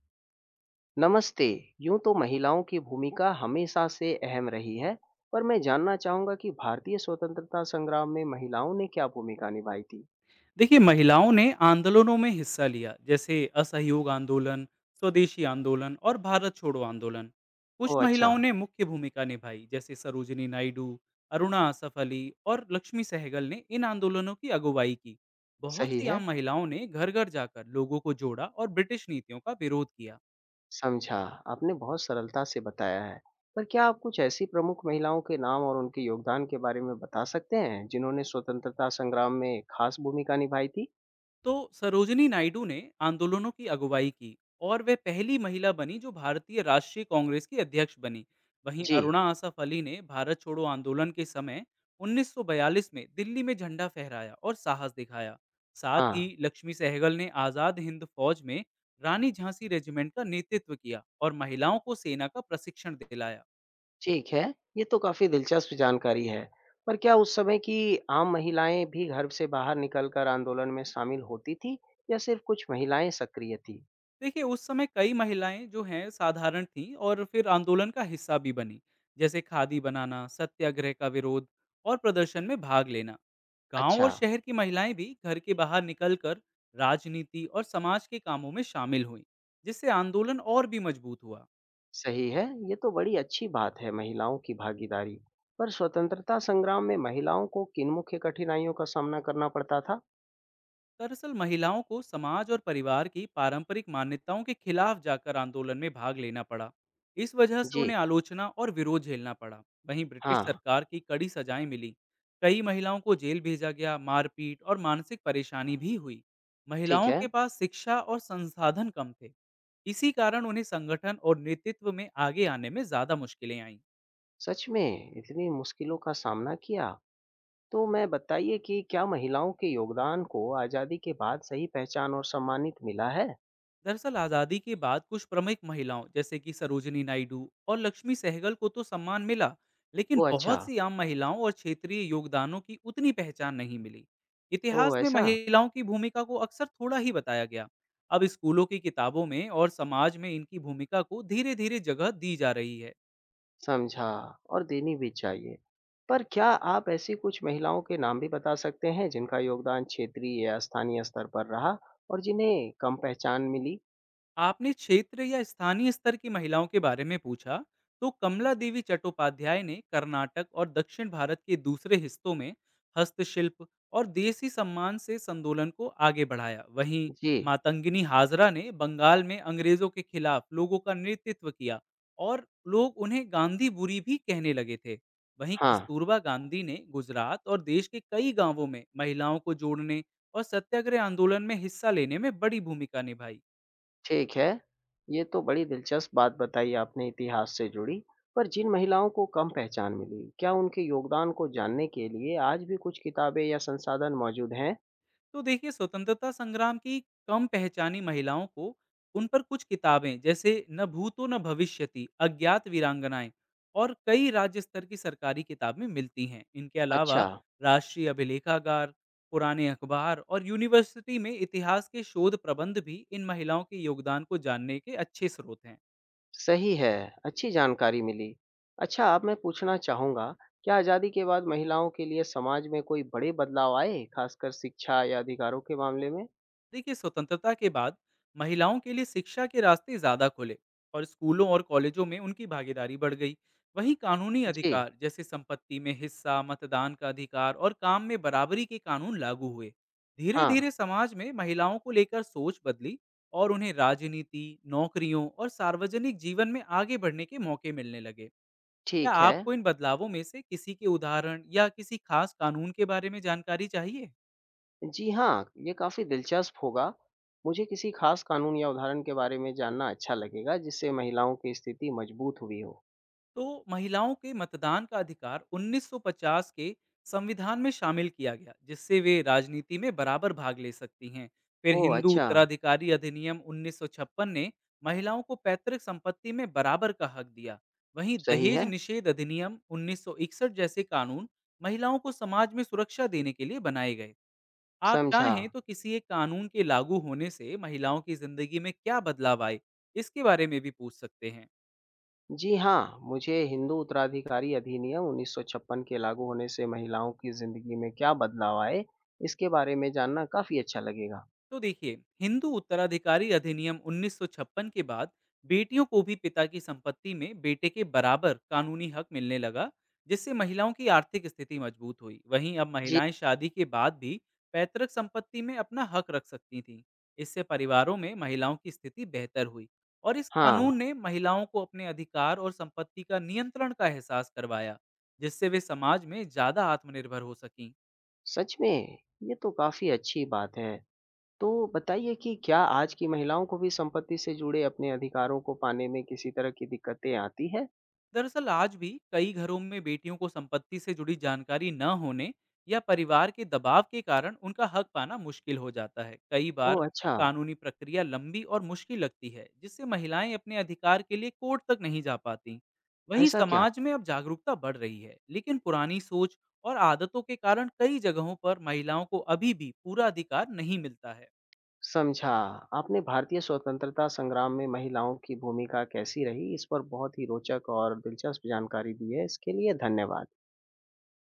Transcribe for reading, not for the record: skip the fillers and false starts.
नमस्ते। यूं तो महिलाओं की भूमिका हमेशा से अहम रही है, पर मैं जानना चाहूंगा कि भारतीय स्वतंत्रता संग्राम में महिलाओं ने क्या भूमिका निभाई थी। देखिए महिलाओं ने आंदोलनों में हिस्सा लिया। जैसे असहयोग आंदोलन, स्वदेशी आंदोलन और भारत छोड़ो आंदोलन। कुछ ओह अच्छा। महिलाओं ने मुख्य भूमिका निभाई जैसे सरोजनी नायडू, अरुणा आसफ अली और लक्ष्मी सहगल ने इन आंदोलनों की अगुवाई की। बहुत सही सी आम है। महिलाओं ने घर घर जाकर लोगों को जोड़ा और ब्रिटिश नीतियों का विरोध किया। समझा। आपने बहुत सरलता से बताया है, पर क्या आप कुछ ऐसी प्रमुख महिलाओं के नाम और उनके योगदान के बारे में बता सकते हैं जिन्होंने स्वतंत्रता संग्राम में खास भूमिका निभाई थी। तो सरोजनी नायडू ने आंदोलनों की अगुवाई की और वे पहली महिला बनी जो भारतीय राष्ट्रीय कांग्रेस की अध्यक्ष बनी। वहीं जी। अरुणा आसफ अली ने भारत छोड़ो आंदोलन के समय 1942 में दिल्ली में झंडा फहराया और साहस दिखाया। साथ ही हाँ। लक्ष्मी सहगल ने आजाद हिंद फौज में रानी झांसी रेजिमेंट का नेतृत्व किया और महिलाओं को सेना का प्रशिक्षण दिलाया। ठीक है, ये तो काफ़ी दिलचस्प जानकारी है। पर क्या उस समय की आम महिलाएं भी घर से बाहर निकलकर आंदोलन में शामिल होती थी या सिर्फ कुछ महिलाएं सक्रिय थीं? देखिए उस समय कई महिलाएं जो हैं साधारण थीं और फिर आंदोलन का हिस्सा भी बनी। जैसे खादी बनाना, सत्याग्रह का विरोध और प्रदर्शन में भाग लेना। गांव अच्छा। और शहर की महिलाएं भी घर के बाहर निकलकर राजनीति और समाज के कामों में शामिल हुईं, जिससे आंदोलन और भी मजबूत हुआ। सही है, ये तो बड़ी अच्छी बात है महिलाओं की भागीदारी। पर स्वतंत्रता संग्राम में महिलाओं को किन मुख्य कठिनाइयों का सामना करना पड़ता था? दरअसल महिलाओं को समाज और परिवार की पारंपरिक मान्यताओं के खिलाफ जाकर आंदोलन में भाग लेना पड़ा। इस वजह से जी। उन्हें आलोचना और विरोध झेलना पड़ा। वहीं ब्रिटिश हाँ। सरकार की कड़ी सजाएं मिली। कई महिलाओं को जेल भेजा गया, मारपीट और मानसिक परेशानी भी हुई। ठीक महिलाओं है। के पास शिक्षा और संसाधन कम थे। इसी कारण उन्हें संगठन और नेतृत्व में आगे आने में ज्यादा मुश्किलें आईं। सच में इतनी मुश्किलों का सामना किया? तो मैं बताइए कि क्या महिलाओं के योगदान को आज़ादी के बाद सही पहचान और सम्मानित मिला है? दरअसल आज़ादी के बाद कुछ प्रमुख महिलाओं जैसे कि सरोजनी नायडू और लक्ष्मी सहगल को तो सम्मान मिला, लेकिन ओह अच्छा। बहुत सी आम महिलाओं और क्षेत्रीय योगदानों की उतनी पहचान नहीं मिली। इतिहास ओह में ऐसा? महिलाओं की भूमिका को अक्सर थोड़ा ही बताया गया। अब स्कूलों की किताबों में और समाज में इनकी भूमिका को धीरे धीरे जगह दी जा रही है। समझा, और देनी भी चाहिए। पर क्या आप ऐसी कुछ महिलाओं के नाम भी बता सकते हैं जिनका योगदान क्षेत्रीय या स्थानीय स्तर पर रहा और जिन्हें कम पहचान मिली? आपने क्षेत्र या स्थानीय स्तर की महिलाओं के बारे में पूछा। तो कमला देवी चट्टोपाध्याय ने कर्नाटक और दक्षिण भारत के दूसरे हिस्सों में हस्तशिल्प और देसी सम्मान से इस आंदोलन को आगे बढ़ाया। वहीं जी। मातंगिनी हाजरा ने बंगाल में अंग्रेजों के खिलाफ लोगों का नेतृत्व किया और लोग उन्हें गांधी बुरी भी कहने लगे थे। वहीं हाँ। कस्तूरबा गांधी ने गुजरात और देश के कई गांवों में महिलाओं को जोड़ने और सत्याग्रह आंदोलन में हिस्सा लेने में बड़ी भूमिका निभाई। ठीक है। ये तो बड़ी दिलचस्प बात बताई आपने इतिहास से जुड़ी। पर जिन महिलाओं को कम पहचान मिली, क्या उनके योगदान को जानने के लिए आज भी कुछ किताबें या संसाधन मौजूद हैं? तो देखिए स्वतंत्रता संग्राम की कम पहचानी महिलाओं को, उन पर कुछ किताबें जैसे न भूतो न भविष्यति, अज्ञात वीरांगनाएं और कई राज्य स्तर की सरकारी किताबें मिलती हैं। इनके अलावा अच्छा। राष्ट्रीय अभिलेखागार, पुराने अखबार और यूनिवर्सिटी में इतिहास के शोध प्रबंध भी इन महिलाओं के योगदान को जानने के अच्छे स्रोत हैं। सही है, अच्छी जानकारी मिली। अच्छा, अब मैं पूछना चाहूँगा, क्या आज़ादी के बाद महिलाओं के लिए समाज में कोई बड़े बदलाव आए, खासकर शिक्षा या अधिकारों के मामले में? देखिए स्वतंत्रता के बाद महिलाओं के लिए शिक्षा के रास्ते ज्यादा खुले और स्कूलों और कॉलेजों में उनकी भागीदारी बढ़ गई। वहीं कानूनी जी। अधिकार जैसे संपत्ति में हिस्सा, मतदान का अधिकार और काम में बराबरी के कानून लागू हुए। धीरे हाँ। धीरे समाज में महिलाओं को लेकर सोच बदली और उन्हें राजनीति, नौकरियों और सार्वजनिक जीवन में आगे बढ़ने के मौके मिलने लगे। क्या ठीक है। आपको इन बदलावों में से किसी के उदाहरण या किसी खास कानून के बारे में जानकारी चाहिए? जी हाँ, ये काफ़ी दिलचस्प होगा। मुझे किसी खास कानून या उदाहरण के बारे में जानना अच्छा लगेगा, जिससे महिलाओं की स्थिति मजबूत हुई हो। तो महिलाओं के मतदान का अधिकार 1950 के संविधान में शामिल किया गया, जिससे वे राजनीति में बराबर भाग ले सकती हैं। फिर ओह! हिंदू अच्छा। उत्तराधिकारी अधिनियम 1956 ने महिलाओं को पैतृक संपत्ति में बराबर का हक दिया। वहीं सही दहेज है। निषेध अधिनियम 1961 जैसे कानून महिलाओं को समाज में सुरक्षा देने के लिए बनाए गए। आप समझा। चाहें तो किसी एक कानून के लागू होने से महिलाओं की जिंदगी में क्या बदलाव आए, इसके बारे में भी पूछ सकते हैं। जी हाँ, मुझे हिंदू उत्तराधिकारी अधिनियम 1956 के लागू होने से महिलाओं की ज़िंदगी में क्या बदलाव आए, इसके बारे में जानना काफ़ी अच्छा लगेगा। तो देखिए हिंदू उत्तराधिकारी अधिनियम 1956 के बाद बेटियों को भी पिता की संपत्ति में बेटे के बराबर कानूनी हक मिलने लगा, जिससे महिलाओं की आर्थिक स्थिति मजबूत हुई। वहीं अब जी महिलाएं शादी के बाद भी पैतृक संपत्ति में अपना हक रख सकती थीं। इससे परिवारों में महिलाओं की स्थिति बेहतर हुई और इस हाँ, कानून ने महिलाओं को अपने अधिकार और संपत्ति का नियंत्रण का एहसास करवाया, जिससे वे समाज में ज्यादा आत्मनिर्भर हो सकें। सच में ये तो काफ़ी अच्छी बात है। तो बताइए कि क्या आज की महिलाओं को भी संपत्ति से जुड़े अपने अधिकारों को पाने में किसी तरह की दिक्कतें आती है? दरअसल आज भी कई घरों में बेटियों को संपत्ति से जुड़ी जानकारी न होने या परिवार के दबाव के कारण उनका हक पाना मुश्किल हो जाता है। कई बार ओह अच्छा। कानूनी प्रक्रिया लंबी और मुश्किल लगती है, जिससे महिलाएं अपने अधिकार के लिए कोर्ट तक नहीं जा पाती। वहीं ऐसा क्या? समाज में अब जागरूकता बढ़ रही है, लेकिन पुरानी सोच और आदतों के कारण कई जगहों पर महिलाओं को अभी भी पूरा अधिकार नहीं मिलता है। समझा। आपने भारतीय स्वतंत्रता संग्राम में महिलाओं की भूमिका कैसी रही, इस पर बहुत ही रोचक और दिलचस्प जानकारी दी है। इसके लिए धन्यवाद।